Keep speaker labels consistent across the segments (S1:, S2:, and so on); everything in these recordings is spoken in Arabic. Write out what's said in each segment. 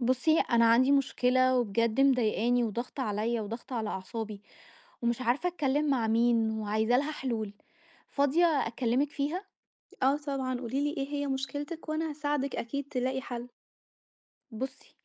S1: بُصّي، أنا عندي مشكلة وبجد مضايقاني وضاغطة عليّا وضاغطة على أعصابي، ومش عارفة أتكلّم مع مين وعايزة لها حلول، فاضية أكلّمِك فيها؟
S2: آه طبعًا، قولي لي إيه هي مشكلتِك وأنا هاساعدِك أكيد تلاقي حل.
S1: بُصّي،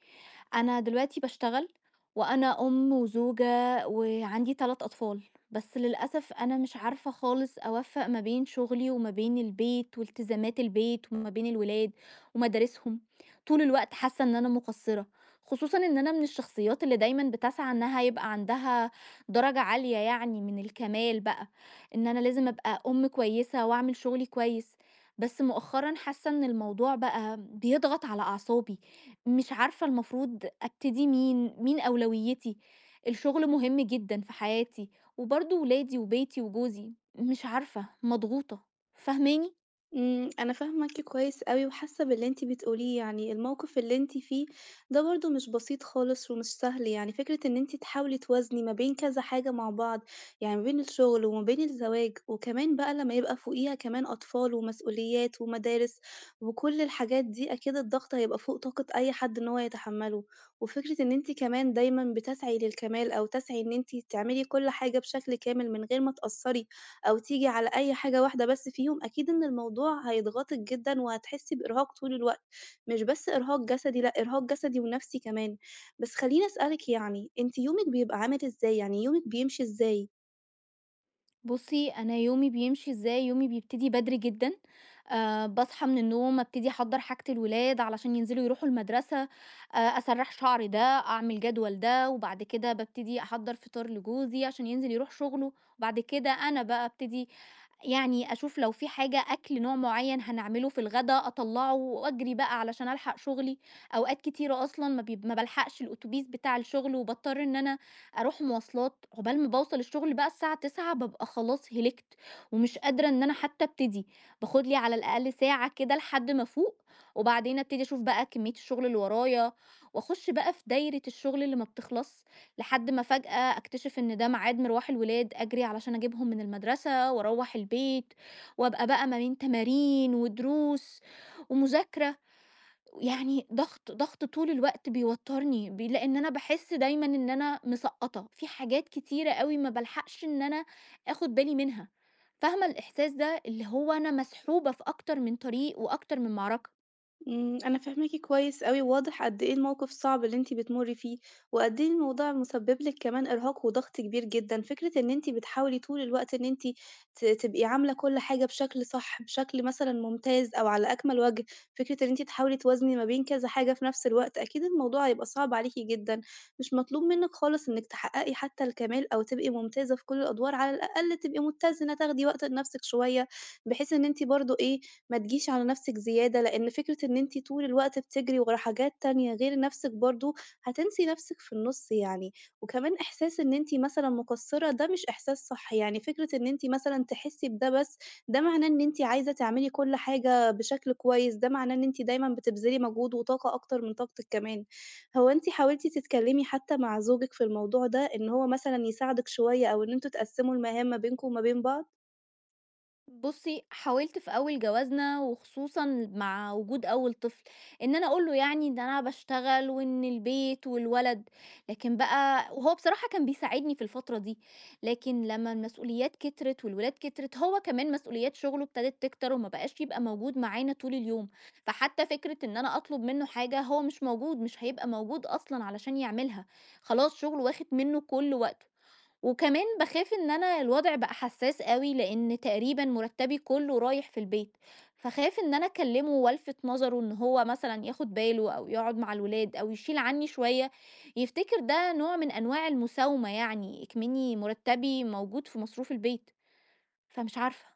S1: أنا دلوقتي باشتغل، وأنا أم وزوجة وعندي 3 أطفال، بس للأسف أنا مش عارفة خالص أوفّق ما بين شغلي وما بين البيت والتزامات البيت وما بين الولاد ومدارسهم، طول الوقت حاسة إن أنا مقصّرة، خصوصًا إن أنا من الشخصيات اللي دايمًا بتسعى إنها يبقى عندها درجة عالية يعني من الكمال بقى، إن أنا لازم أبقى أم كويسة وأعمل شغلي كويس، بس مؤخرًا حاسة إن الموضوع بقى بيضغط على أعصابي، مش عارفة المفروض أبتدي مين مين أولويتي، الشغل مهم جدًا في حياتي، وبرضه ولادي وبيتي وجوزي مش عارفة مضغوطة، فاهماني؟
S2: أنا فاهماكِ كويس أوي وحاسة باللي أنتِ بتقوليه، يعني الموقف اللي أنتِ فيه ده برضه مش بسيط خالص ومش سهل، يعني فكرة إن أنتِ تحاولي توازني ما بين كذا حاجة مع بعض، يعني ما بين الشغل وما بين الزواج، وكمان بقى لما يبقى فوقيها كمان أطفال ومسؤوليات ومدارس، وكل الحاجات دي أكيد الضغط هيبقى فوق طاقة أي حد إن هو يتحمله، وفكرة إن أنتِ كمان دايمًا بتسعي للكمال أو تسعي إن أنتِ تعملي كل حاجة بشكل كامل من غير ما تقصّري، أو تيجي على أي حاجة واحدة بس فيهم، أكيد إن الموضوع هيضغطِك جدًا وهتحسّي بإرهاق طول الوقت، مش بس إرهاق جسدي، لأ إرهاق جسدي ونَفْسي كمان. بس خلّيني أسألِك يعني أنتِ يومِك بيبقى عامل إزاي، يعني يومِك بيمشي إزاي؟
S1: بُصّي، أنا يومي بيمشي إزاي، يومي بيبتدي بدري جدًا، باصحى من النوم أبتدي أحضّر حاجة الولاد علشان ينزلوا يروحوا المدرسة، أسرّح شعري ده، أعمل جدول ده، وبعد كده بابتدي أحضّر فطار لجوزي عشان ينزل يروح شغله، وبعد كده أنا بقى أبتدي يعني أشوف لو في حاجة أكل نوع معيّن هنعمله في الغدا أطلّعه وأجري بقى علشان ألحق شغلي، أوقات كتيرة أصلًا ما بالحقش الأوتوبيس بتاع الشغل وباضطر إن أنا أروح مواصلات، عقبال ما باوصل الشغل بقى الساعة 09:00 بابقى خلاص هلكت، ومش قادرة إن أنا حتى أبتدي، باخد لي على الأقل ساعة كده لحد ما أفوق، وبعدين أبتدي أشوف بقى كمية الشغل اللي ورايا، وأخش بقى في دايرة الشغل اللي ما بتخلص، لحد ما فجأة أكتشف إن ده ميعاد مروح الولاد، أجري علشان أجيبهم من المدرسة وأروّح البيت، وأبقى بقى ما بين تمارين ودروس ومذاكرة. يعني ضغط، ضغط طول الوقت بيوتّرني، لإن أنا باحس دايمًا إن أنا مسقّطة، في حاجات كتيرة أوي ما بالحقش إن أنا آخُد بالي منها، فاهمة الإحساس ده؟ اللي هو أنا مسحوبة في أكتر من طريق وأكتر من معركة.
S2: أنا فاهماكِ كويس أوي، وواضح قد إيه الموقف صعب اللي أنتِ بتمُرّي فيه، وقد إيه الموضوع مسبب لِك كمان إرهاق وضغط كبير جدًا. فكرة إن أنتِ بتحاولي طول الوقت إن أنتِ تبقي عاملة كل حاجة بشكل صح، بشكل مثلًا ممتاز أو على أكمل وجه، فكرة إن أنتِ تحاولي توازني ما بين كذا حاجة في نفس الوقت، أكيد الموضوع هيبقى صعب عليكِ جدًا. مش مطلوب منِّك خالص إنِّك تحققي حتى الكمال أو تبقي ممتازة في كل الأدوار، على الأقل تبقي متزنة، تاخدي وقت لنفسِك شوية. بحيث إن أنتِ برضه إيه، ما تجيش على نفسِك زيادة، لإن فكرة إن أنتِ طول الوقت بتجري ورا حاجات تانية غير نفسِك برضه، هتنسي نفسِك في النُص يعني. وكمان إحساس إن أنتِ مثلًا مقصرة ده مش إحساس صح، يعني فكرة إن أنتِ مثلًا تحسي بده بس، ده معناه إن أنتِ عايزة تعملي كل حاجة بشكل كويس، ده معناه إن أنتِ دايمًا بتبذلي مجهود وطاقة أكتر من طاقتِك كمان. هو أنتِ حاولتِ تتكلمي حتى مع زوجِك في الموضوع ده، إن هو مثلًا يساعدِك شوية أو إن أنتم تقسموا المهام ما بينكم وما بين بعض؟
S1: بُصّي، حاولت في أول جوازنا وخصوصًا مع وجود أول طفل، إن أنا أقول له يعني إن أنا باشتغل وإن البيت والولد، لكن بقى وهو بصراحة كان بيساعدني في الفترة دي، لكن لمّا المسؤوليات كترت والولاد كترت، هو كمان مسؤوليات شغله ابتدت تكتر وما بقاش يبقى موجود معانا طول اليوم، فحتى فكرة إن أنا أطلب منه حاجة هو مش موجود، مش هيبقى موجود أصلًا علشان يعملها، خلاص شغله واخد منه كل وقته. وكمان باخاف إن أنا الوضع بقى حساس أوي، لإن تقريبًا مُرتّبي كلّه رايح في البيت، فاخاف إن أنا أكلّمه وألفت نظره إن هو مثلًا ياخد باله أو يقعد مع الولاد أو يشيل عني شوية، يفتكر ده نوع من أنواع المساومة يعني، إكمنّي مُرتّبي موجود في مصروف البيت، فمش عارفة.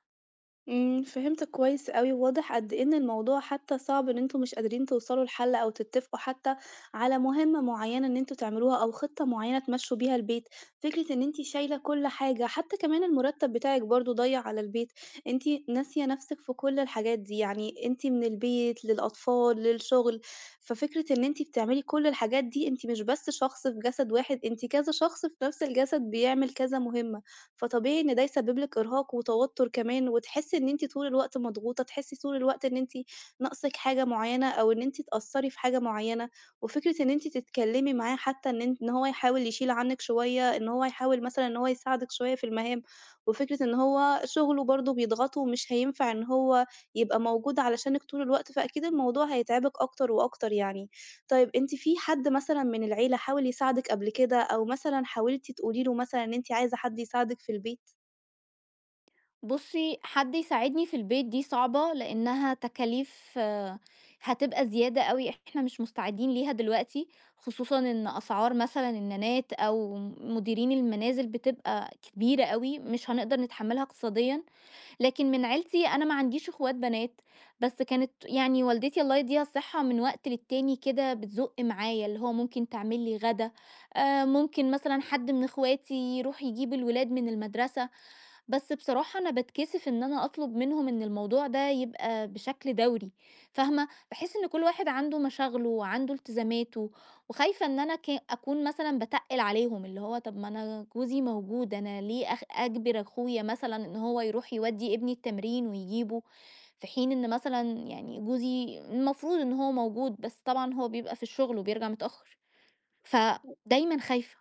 S2: فهمتك كويس أوي، وواضح قد إيه إن الموضوع حتى صعب إن أنتم مش قادرين توصلوا لحل أو تتفقوا حتى على مهمة معيّنة إن أنتم تعملوها أو خطة معيّنة تمشّوا بيها البيت، فكرة إن أنتِ شايلة كل حاجة، حتى كمان المرتّب بتاعِك برضه ضايع على البيت، أنتِ ناسية نَفْسِك في كل الحاجات دي، يعني أنتِ من البيت للأطفال للشغل، ففكرة إن أنتِ بتعملي كل الحاجات دي، أنتِ مش بس شخص في جسد واحد، أنتِ كذا شخص في نَفْس الجسد بيعمل كذا مهمة. فطبيعي إن ده يسبب لِك إرهاق وتوتر كمان، وتحسي إن أنتِ طول الوقت مضغوطة، تحسي طول الوقت إن أنتِ ناقصِك حاجة معينة أو إن أنتِ اتأثّري في حاجة معينة، وفكرة إن أنتِ تتكلمي معاه حتى إن أنتِ إن هو يحاول يشيل عنِّك شوية، إن هو يحاول مثلًا إن هو يساعدِك شوية في المهام، وفكرة إن هو شغله برضه بيضغطه ومش هينفع إن هو يبقى موجود علشانِك طول الوقت، فأكيد الموضوع هيتعبِك أكتر وأكتر يعني. طيب أنتِ في حد مثلًا من العيلة حاول يساعدِك قبل كده، أو مثلًا حاولتِ تقولي له مثلًا إن أنتِ عايزة حد يساعدِك في البيت؟
S1: بُصّي، حد يساعدني في البيت دي صعبة، لإنها تكاليف آه، هتبقى زيادة أوي، إحنا مش مستعدين ليها دلوقتي، خصوصًا إن أسعار مثلًا النانات أو مديرين المنازل بتبقى كبيرة أوي، مش هنقدر نتحمّلها اقتصاديًا، لكن من عيلتي أنا ما عنديش أخوات بنات، بس كانت يعني والدتي الله يديها الصحة من وقت للتاني كده بتزُق معايا، اللي هو ممكن تعمل لي غدا، ممكن مثلًا حد من أخواتي يروح يجيب الولاد من المدرسة، بس بصراحة أنا باتكسف إن أنا أطلب منهم إن الموضوع ده يبقى بشكل دوري، فاهمة، بحس إن كل واحد عنده مشاغله وعنده التزاماته وخايفة إن أنا أكون مثلا بتقل عليهم، اللي هو طب ما أنا جوزي موجود، أنا ليه أجبر أخويا مثلا إن هو يروح يودي ابني التمرين ويجيبه، في حين إن مثلا يعني جوزي المفروض إن هو موجود، بس طبعا هو بيبقى في الشغل وبيرجع متأخر، فدايما خايفة.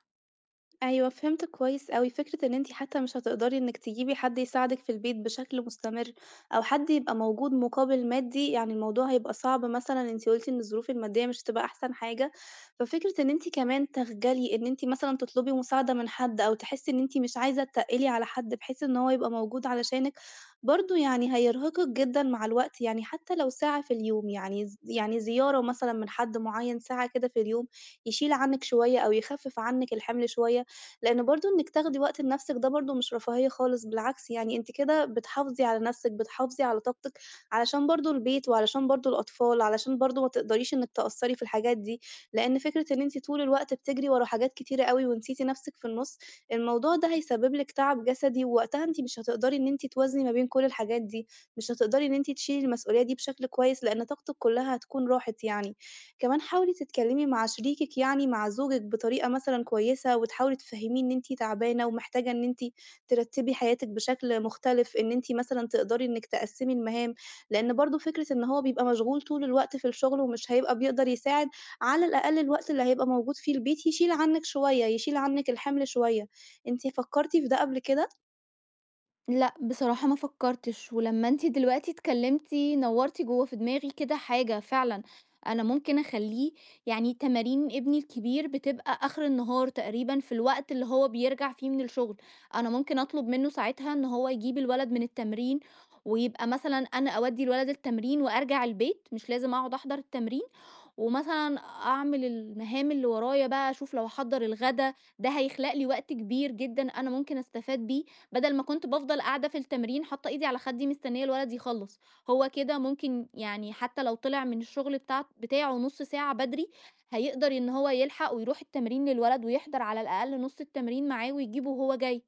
S2: أيوه، فهمتِك كويس أوي، فكرة إن أنتِ حتى مش هتقدري إنِّك تجيبي حد يساعدِك في البيت بشكل مستمر، أو حد يبقى موجود مقابل مادي، يعني الموضوع هيبقى صعب مثلًا أنتِ قُلتِ إن الظروف المادية مش هتبقى أحسن حاجة، ففكرة إن أنتِ كمان تخجلي إن أنتِ مثلًا تطلبي مساعدة من حد، أو تحسي إن أنتِ مش عايزة تتقِّلي على حد بحيث إن هو يبقى موجود علشانِك، برضه يعني هيرهقِك جدًا مع الوقت، يعني حتى لو ساعة في اليوم، يعني يعني زيارة مثلًا من حد معيّن ساعة كده في اليوم، يشيل عنِّك شوية أو يخفِّف عنِّك الحمل شوية. لإن برضه إنِّك تاخدي وقت لنَفْسِك ده برضه مش رفاهية خالص، بالعكس يعني أنتِ كده بتحافظي على نَفْسِك، بتحافظي على طاقتِك علشان برضه البيت وعلشان برضه الأطفال، علشان برضه ما تقدريش إنِّك تأثّري في الحاجات دي، لإن فكرة إن أنتِ طول الوقت بتجري ورا حاجات كتيرة أوي ونسيتِ نَفْسِك في النُص، الموضوع ده هيسبب لِك تعب جسدي، ووقتها أنتِ مش هتقدري إن أنتِ توازني ما بين كل الحاجات دي، مش هتقدري إن أنتِ تشيلي المسؤولية دي بشكل كويس، لإن طاقتِك كلّها هتكون راحت يعني. كمان حاولي تتكلمي مع شريكِك يعني مع زوجِك بطريقة مثلًا كويسة، وتحاولي تفهّميه إن أنتِ تعبانة ومحتاجة إن أنتِ ترتّبي حياتِك بشكل مختلف، إن أنتِ مثلًا تقدري إنِّك تقسّمي المهام، لإن برضه فكرة إن هو بيبقى مشغول طول الوقت في الشغل ومش هيبقى بيقدر يساعد، على الأقل الوقت اللي هيبقى موجود فيه البيت يشيل عنِّك شوية، يشيل عنِّك الحمل شوية. أنتِ فكّرتِ في ده قبل كده؟
S1: لأ، بصراحة ما فكّرتش، ولمّا أنتِ دلوقتي اتكلّمتِ نوّرتِ جوّه في دماغي كده حاجة فعلًا، أنا ممكن أخلّيه يعني تمارين ابني الكبير بتبقى آخر النهار تقريبًا في الوقت اللي هو بيرجع فيه من الشغل، أنا ممكن أطلب منّه ساعتها إن هو يجيب الولد من التمرين، ويبقى مثلًا أنا أودّي الولد التمرين وأرجع البيت، مش لازم أقعد أحضر التمرين، ومثلًا أعمل المهام اللي ورايا بقى أشوف لو هاحضّر الغدا، ده هيخلق لي وقت كبير جدًا أنا ممكن أستفاد بيه، بدل ما كنت بافضل قاعدة في التمرين حاطة إيدي على خدي مستنية الولد يخلّص، هو كده ممكن يعني حتى لو طلع من الشغل بتاعه نُص ساعة بدري، هيقدر إن هو يلحق ويروح التمرين للولد ويحضر على الأقل نُص التمرين معاه ويجيبه وهو جاي.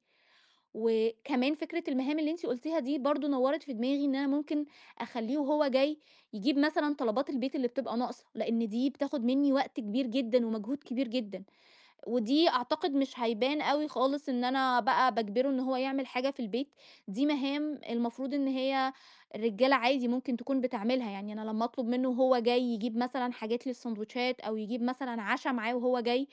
S1: وكمان فكرة المهام اللي أنتِ قُلتيها دي برضه نوّرِت في دماغي إن أنا ممكن أخلّيه وهو جاي يجيب مثلًا طلبات البيت اللي بتبقى ناقصة، لإن دي بتاخد منّي وقت كبير جدًا ومجهود كبير جدًا. ودي أعتقد مش هيبان أوي خالص إن أنا بقى باجبره إن هو يعمل حاجة في البيت، دي مهام المفروض إن هي الرجالة عادي ممكن تكون بتعملها، يعني أنا لمّا أطلب منه وهو جاي يجيب مثلًا حاجات للساندوتشات أو يجيب مثلًا عَشا معاه وهو جاي،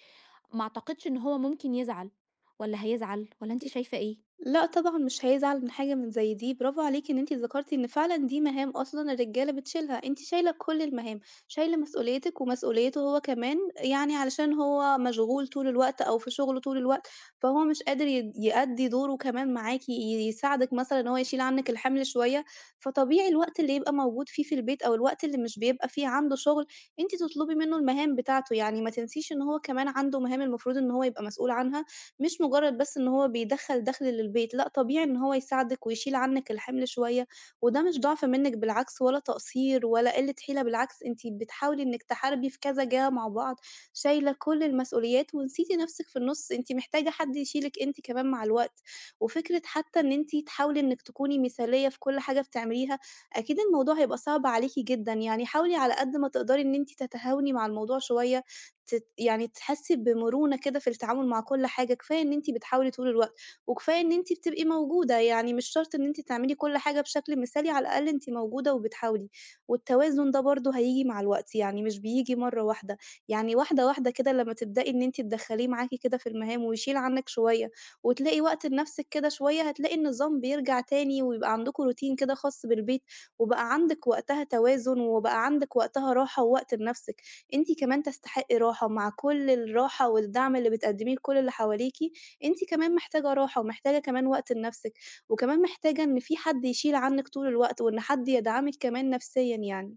S1: ما أعتقدش إن هو ممكن يزعل، والّا هيزعل، والّا أنتِ شايفة إيه؟
S2: لأ طبعًا مش هيزعل من حاجة من زي دي، برافو عليكِ إن أنتِ ذكرتِ إن فعلًا دي مهام أصلًا الرجالة بتشيلها، أنتِ شايلة كل المهام، شايلة مسؤوليتِك ومسؤوليته هو كمان، يعني علشان هو مشغول طول الوقت أو في شغله طول الوقت، فهو مش قادر يأدّي دوره كمان معاكِ، يساعدِك مثلًا إن هو يشيل عنِّك الحمل شوية، فطبيعي الوقت اللي يبقى موجود فيه في البيت أو الوقت اللي مش بيبقى فيه عنده شغل، أنتِ تطلبي منه المهام بتاعته، يعني ما تنسيش إن هو كمان عنده مهام المفروض إن هو يبقى مسؤول عنها، مش مجرد بس إن هو بيدخّل دخل للبيت، لأ طبيعي إن هو يساعدِك ويشيل عنِّك الحِمل شوية، وده مش ضعف منِّك بالعكس ولا تقصير ولا قِلّة حيلة، بالعكس أنتِ بتحاولي إنِّك تحاربي في كذا جهة مع بعض، شايلة كل المسؤوليات ونسيتِ نَفْسِك في النُص، أنتِ محتاجة حد يشيلِك أنتِ كمان مع الوقت، وفكرة حتى إن أنتِ تحاولي إنِّك تكوني مثالية في كل حاجة بتعمليها، أكيد الموضوع هيبقى صعب عليكِ جدًا، يعني حاولي على قد ما تقدري إن أنتِ تتهاوني مع الموضوع شوية يعني تحسّي بمرونة كده في التعامل مع كل حاجة، كفاية إن أنتِ بتحاولي طول الوقت، وكفاية إن أنتِ بتبقي موجودة، يعني مش شرط إن أنتِ تعملي كل حاجة بشكل مثالي، على الأقل أنتِ موجودة وبتحاولي، والتوازن ده برضه هييجي مع الوقت، يعني مش بييجي مرّة واحدة، يعني واحدة، واحدة كده لمّا تبدئي إن أنتِ تدخّليه معاكِ كده في المهام ويشيل عنِّك شوية، وتلاقي وقت لنَفْسِك كده شوية، هتلاقي النظام بيرجع تاني ويبقى عندكم روتين كده خاص بالبيت، وبقى عندِك وقتها توازن، وبقى عندِك وقتها راحة ووقت لنَفْسِك. أنتِ كمان تستحقي راحة، ومع كل الراحة والدعم اللي بتقدميه لكل اللي حواليكِ، أنتِ كمان محتاجة راحة، ومحتاجة كمان وقت لنفسِك، وكمان محتاجة إن في حد يشيل عنِك طول الوقت، وإن حد يدعمِك كمان نفسيًا يعني.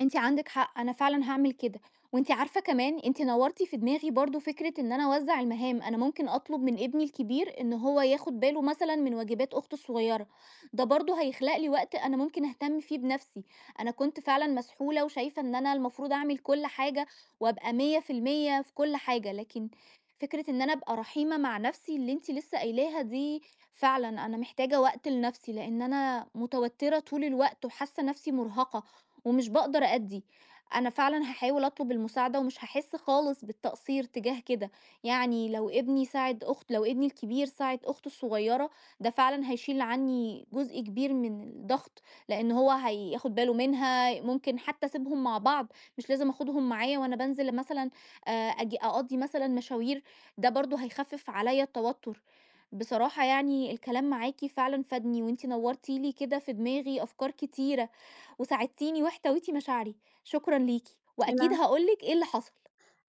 S1: أنتِ عندِك حق، أنا فعلًا هاعمل كده، وأنتِ عارفة كمان أنتِ نوّرتِ في دماغي برضه فكرة إن أنا أوزّع المهام، أنا ممكن أطلب من ابني الكبير إن هو ياخد باله مثلًا من واجبات أخته الصغيرة، ده برضه هيخلق لي وقت أنا ممكن أهتم فيه بنفسي، أنا كنت فعلًا مسحولة وشايفة إن أنا المفروض أعمل كل حاجة وأبقى 100% في المية في كل حاجة، لكن فكرة إن أنا أبقى رحيمة مع نفسي اللي أنتِ لسه قايلاها دي فعلًا أنا محتاجة وقت لنفسي، لإن أنا متوترة طول الوقت وحاسة نفسي مرهقة، ومش باقدر أأدّي، أنا فعلًا هاحاول أطلب المساعدة ومش هاحس خالص بالتقصير تجاه كده، يعني لو ابني الكبير ساعد أخته الصغيرة، ده فعلًا هيشيل عني جزء كبير من الضغط، لإن هو هياخد باله منها، ممكن حتى أسيبهم مع بعض، مش لازم آخدهم معايا وأنا بانزل مثلًا أجي أقضّي مثلًا مشاوير، ده برضه هيخفف عليَّ التوتر. بصراحة يعني الكلام معاكِ فعلًا فادني، وأنتِ نوّرتِ لي كده في دماغي أفكار كتيرة. وساعدتيني واحتويتِ مشاعري، شكرًا ليكِ، وأكيد
S2: الع
S1: هاقول لِك إيه اللي حصل.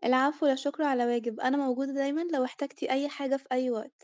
S2: العفو، لا شكر على واجب، أنا موجودة دايمًا لو احتجتِ أي حاجة في أي وقت.